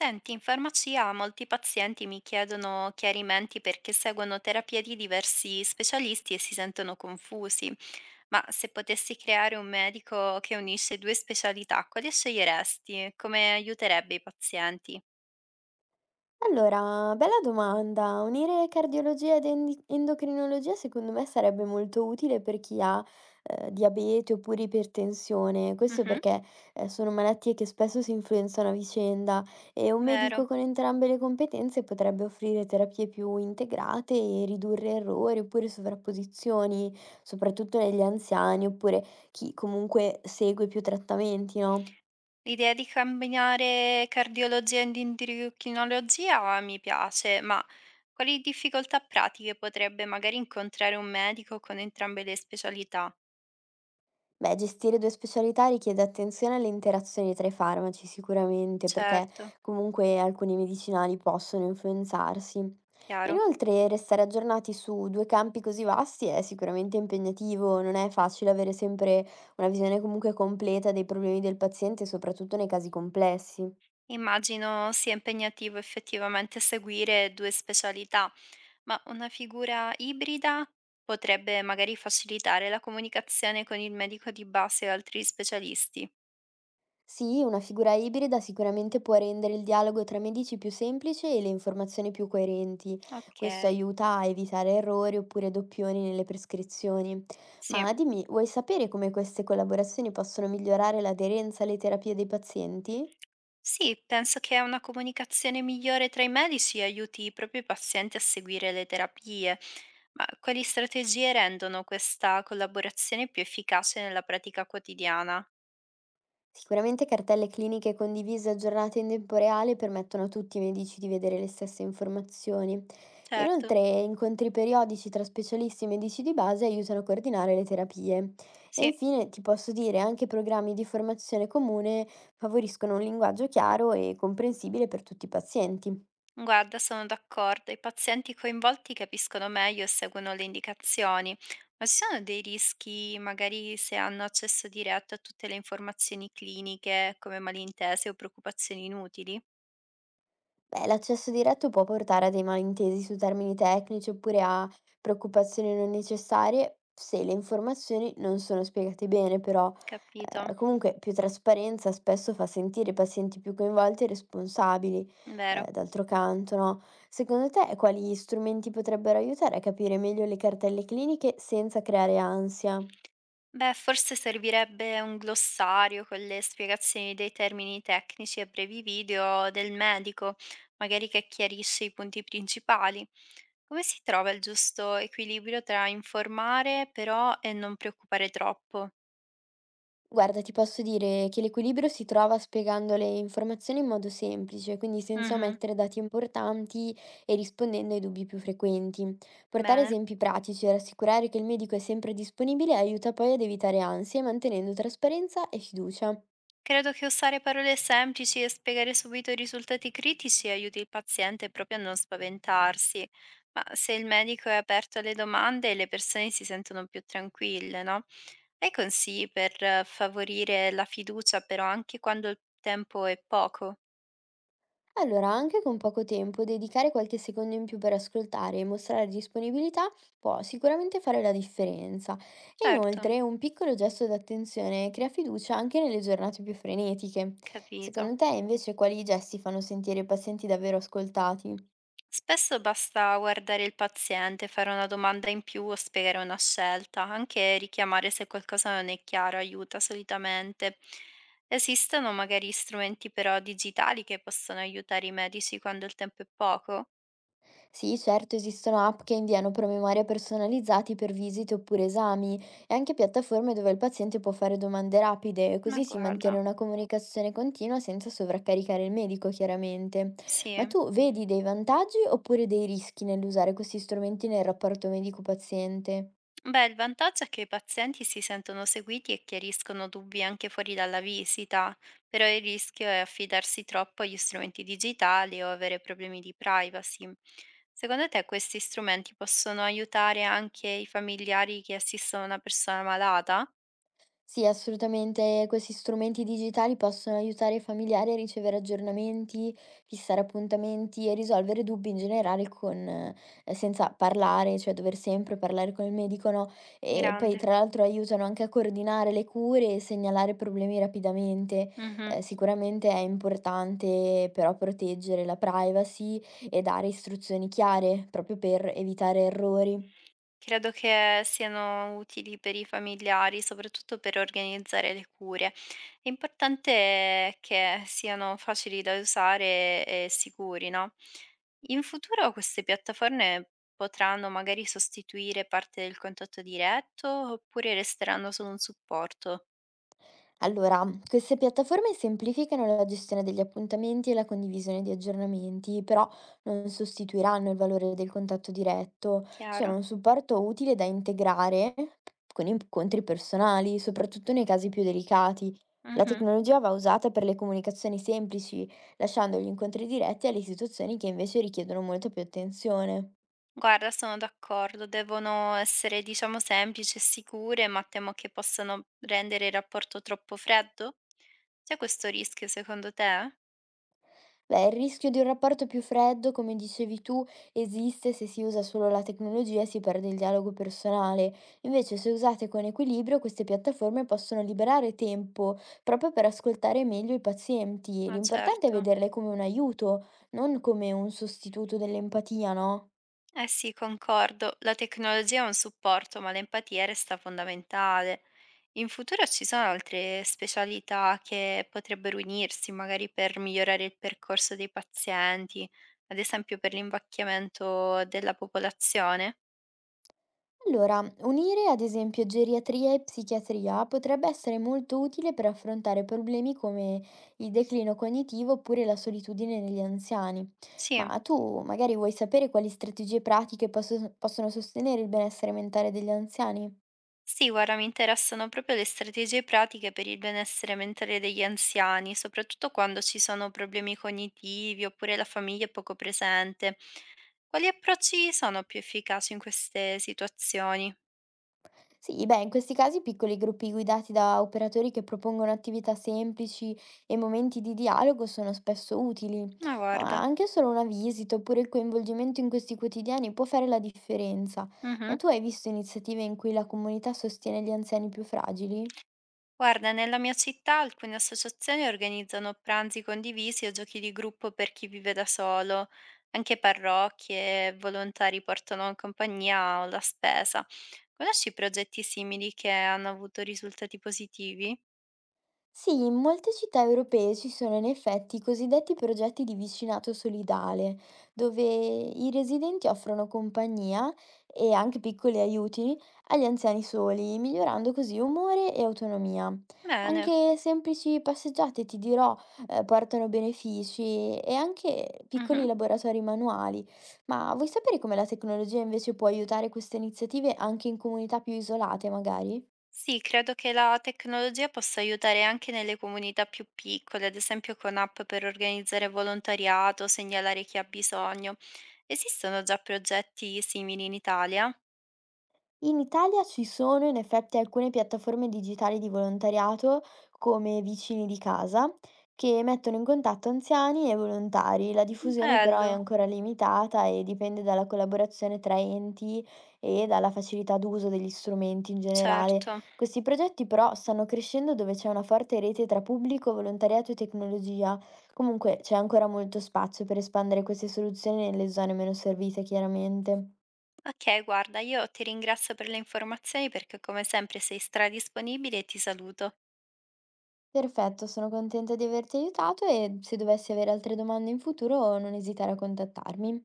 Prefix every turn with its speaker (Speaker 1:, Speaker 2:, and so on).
Speaker 1: Senti, in farmacia molti pazienti mi chiedono chiarimenti perché seguono terapie di diversi specialisti e si sentono confusi. Ma se potessi creare un medico che unisce due specialità, quale sceglieresti? Come aiuterebbe i pazienti?
Speaker 2: Allora, bella domanda. Unire cardiologia ed endi endocrinologia secondo me sarebbe molto utile per chi ha, diabete oppure ipertensione. Questo
Speaker 1: Mhm.
Speaker 2: perché, sono malattie che spesso si influenzano a vicenda e un medico
Speaker 1: Vero.
Speaker 2: con entrambe le competenze potrebbe offrire terapie più integrate e ridurre errori oppure sovrapposizioni, soprattutto negli anziani oppure chi comunque segue più trattamenti, no?
Speaker 1: L'idea di combinare cardiologia ed endocrinologia mi piace, ma quali difficoltà pratiche potrebbe magari incontrare un medico con entrambe le specialità?
Speaker 2: Beh, gestire 2 specialità richiede attenzione alle interazioni tra i farmaci sicuramente, perché
Speaker 1: Certo,
Speaker 2: comunque alcuni medicinali possono influenzarsi.
Speaker 1: chiaro.
Speaker 2: Inoltre, restare aggiornati su 2 campi così vasti è sicuramente impegnativo, non è facile avere sempre una visione comunque completa dei problemi del paziente, soprattutto nei casi complessi.
Speaker 1: Immagino sia impegnativo effettivamente seguire 2 specialità, ma una figura ibrida potrebbe magari facilitare la comunicazione con il medico di base e altri specialisti.
Speaker 2: Sì, una figura ibrida sicuramente può rendere il dialogo tra medici più semplice e le informazioni più coerenti. Questo
Speaker 1: Okay,
Speaker 2: aiuta a evitare errori oppure doppioni nelle prescrizioni.
Speaker 1: sì.
Speaker 2: Ma dimmi, vuoi sapere come queste collaborazioni possono migliorare l'aderenza alle terapie dei pazienti?
Speaker 1: Sì, penso che una comunicazione migliore tra i medici aiuti proprio i pazienti a seguire le terapie. Ma quali strategie rendono questa collaborazione più efficace nella pratica quotidiana?
Speaker 2: Sicuramente cartelle cliniche condivise e aggiornate in tempo reale permettono a tutti i medici di vedere le stesse informazioni.
Speaker 1: Certo,
Speaker 2: Inoltre, incontri periodici tra specialisti e medici di base aiutano a coordinare le terapie. E
Speaker 1: sì.
Speaker 2: infine, ti posso dire, anche programmi di formazione comune favoriscono un linguaggio chiaro e comprensibile per tutti i pazienti.
Speaker 1: Guarda, sono d'accordo, i pazienti coinvolti capiscono meglio e seguono le indicazioni, ma ci sono dei rischi, magari se hanno accesso diretto a tutte le informazioni cliniche, come malintese o preoccupazioni inutili?
Speaker 2: Beh, l'accesso diretto può portare a dei malintesi su termini tecnici oppure a preoccupazioni non necessarie se le informazioni non sono spiegate bene, però
Speaker 1: Capito?
Speaker 2: comunque più trasparenza spesso fa sentire i pazienti più coinvolti e responsabili,
Speaker 1: Vero?
Speaker 2: d'altro canto, no? Secondo te quali strumenti potrebbero aiutare a capire meglio le cartelle cliniche senza creare ansia?
Speaker 1: Beh, forse servirebbe un glossario con le spiegazioni dei termini tecnici e brevi video del medico, magari che chiarisce i punti principali. Come si trova il giusto equilibrio tra informare però e non preoccupare troppo?
Speaker 2: Guarda, ti posso dire che l'equilibrio si trova spiegando le informazioni in modo semplice, quindi senza
Speaker 1: Mhm.
Speaker 2: omettere dati importanti e rispondendo ai dubbi più frequenti. Portare
Speaker 1: Bene.
Speaker 2: esempi pratici e rassicurare che il medico è sempre disponibile aiuta poi ad evitare ansie, mantenendo trasparenza e fiducia.
Speaker 1: Credo che usare parole semplici e spiegare subito i risultati critici aiuti il paziente proprio a non spaventarsi, ma se il medico è aperto alle domande, le persone si sentono più tranquille, no? Hai consigli per favorire la fiducia però anche quando il tempo è poco?
Speaker 2: Allora, anche con poco tempo, dedicare qualche secondo in più per ascoltare e mostrare disponibilità può sicuramente fare la differenza. E
Speaker 1: Certo,
Speaker 2: inoltre, un piccolo gesto d'attenzione crea fiducia anche nelle giornate più frenetiche.
Speaker 1: capito.
Speaker 2: Secondo te, invece, quali gesti fanno sentire i pazienti davvero ascoltati?
Speaker 1: Spesso basta guardare il paziente, fare una domanda in più o spiegare una scelta, anche richiamare se qualcosa non è chiaro aiuta solitamente. Esistono magari strumenti però digitali che possono aiutare i medici quando il tempo è poco?
Speaker 2: Sì, certo, esistono app che inviano promemoria personalizzati per visite oppure esami e anche piattaforme dove il paziente può fare domande rapide,
Speaker 1: Ma
Speaker 2: così si mantiene
Speaker 1: guarda,
Speaker 2: una comunicazione continua senza sovraccaricare il medico, chiaramente. Ma
Speaker 1: sì.
Speaker 2: tu vedi dei vantaggi oppure dei rischi nell'usare questi strumenti nel rapporto medico-paziente?
Speaker 1: Beh, il vantaggio è che i pazienti si sentono seguiti e chiariscono dubbi anche fuori dalla visita, però il rischio è affidarsi troppo agli strumenti digitali o avere problemi di privacy. Secondo te questi strumenti possono aiutare anche i familiari che assistono una persona malata?
Speaker 2: Sì, assolutamente. Questi strumenti digitali possono aiutare i familiari a ricevere aggiornamenti, fissare appuntamenti e risolvere dubbi in generale con, senza parlare, cioè dover sempre parlare con il medico, no? E poi
Speaker 1: Grande.
Speaker 2: tra l'altro aiutano anche a coordinare le cure e segnalare problemi rapidamente.
Speaker 1: Mhm.
Speaker 2: Sicuramente è importante però proteggere la privacy e dare istruzioni chiare, proprio per evitare errori.
Speaker 1: Credo che siano utili per i familiari, soprattutto per organizzare le cure. È importante che siano facili da usare e sicuri, no? In futuro queste piattaforme potranno magari sostituire parte del contatto diretto oppure resteranno solo un supporto?
Speaker 2: Allora, queste piattaforme semplificano la gestione degli appuntamenti e la condivisione di aggiornamenti, però non sostituiranno il valore del contatto diretto, sono
Speaker 1: Chiaro.
Speaker 2: un supporto utile da integrare con incontri personali, soprattutto nei casi più delicati. La
Speaker 1: Mhm.
Speaker 2: tecnologia va usata per le comunicazioni semplici, lasciando gli incontri diretti alle situazioni che invece richiedono molta più attenzione.
Speaker 1: Guarda, sono d'accordo, devono essere diciamo semplici e sicure, ma temo che possano rendere il rapporto troppo freddo? C'è questo rischio secondo te?
Speaker 2: Beh, il rischio di un rapporto più freddo, come dicevi tu, esiste se si usa solo la tecnologia e si perde il dialogo personale. Invece, se usate con equilibrio, queste piattaforme possono liberare tempo proprio per ascoltare meglio i pazienti.
Speaker 1: Ma
Speaker 2: L'importante è
Speaker 1: certo.
Speaker 2: vederle come un aiuto, non come un sostituto dell'empatia, no?
Speaker 1: Eh sì, concordo, la tecnologia è un supporto, ma l'empatia resta fondamentale. In futuro ci sono altre specialità che potrebbero unirsi, magari per migliorare il percorso dei pazienti, ad esempio per l'invecchiamento della popolazione?
Speaker 2: Allora, unire ad esempio geriatria e psichiatria potrebbe essere molto utile per affrontare problemi come il declino cognitivo oppure la solitudine negli anziani.
Speaker 1: Sì.
Speaker 2: Ma tu magari vuoi sapere quali strategie pratiche possono sostenere il benessere mentale degli anziani?
Speaker 1: Sì, guarda, mi interessano proprio le strategie pratiche per il benessere mentale degli anziani, soprattutto quando ci sono problemi cognitivi oppure la famiglia è poco presente. Quali approcci sono più efficaci in queste situazioni?
Speaker 2: Sì, beh, in questi casi piccoli gruppi guidati da operatori che propongono attività semplici e momenti di dialogo sono spesso utili.
Speaker 1: Ma
Speaker 2: Ah,
Speaker 1: guarda.
Speaker 2: anche solo una visita oppure il coinvolgimento in questi quotidiani può fare la differenza. Ma
Speaker 1: Mhm.
Speaker 2: tu hai visto iniziative in cui la comunità sostiene gli anziani più fragili?
Speaker 1: Guarda, nella mia città alcune associazioni organizzano pranzi condivisi o giochi di gruppo per chi vive da solo, anche parrocchie, volontari portano compagnia o la spesa. Conosci progetti simili che hanno avuto risultati positivi?
Speaker 2: Sì, in molte città europee ci sono in effetti i cosiddetti progetti di vicinato solidale, dove i residenti offrono compagnia e anche piccoli aiuti agli anziani soli, migliorando così umore e autonomia.
Speaker 1: Bene.
Speaker 2: Anche semplici passeggiate, ti dirò, portano benefici e anche piccoli
Speaker 1: Mhm.
Speaker 2: laboratori manuali. Ma vuoi sapere come la tecnologia invece può aiutare queste iniziative anche in comunità più isolate, magari?
Speaker 1: Sì, credo che la tecnologia possa aiutare anche nelle comunità più piccole, ad esempio con app per organizzare volontariato, segnalare chi ha bisogno. Esistono già progetti simili in Italia?
Speaker 2: In Italia ci sono in effetti alcune piattaforme digitali di volontariato, come Vicini di casa, che mettono in contatto anziani e volontari. La diffusione però è
Speaker 1: Bello.
Speaker 2: ancora limitata e dipende dalla collaborazione tra enti e dalla facilità d'uso degli strumenti in generale.
Speaker 1: Certo.
Speaker 2: Questi progetti però stanno crescendo dove c'è una forte rete tra pubblico, volontariato e tecnologia. Comunque c'è ancora molto spazio per espandere queste soluzioni nelle zone meno servite, chiaramente.
Speaker 1: Okay, guarda, io ti ringrazio per le informazioni perché come sempre sei stradisponibile e ti saluto.
Speaker 2: Perfetto, sono contenta di averti aiutato e se dovessi avere altre domande in futuro non esitare a contattarmi.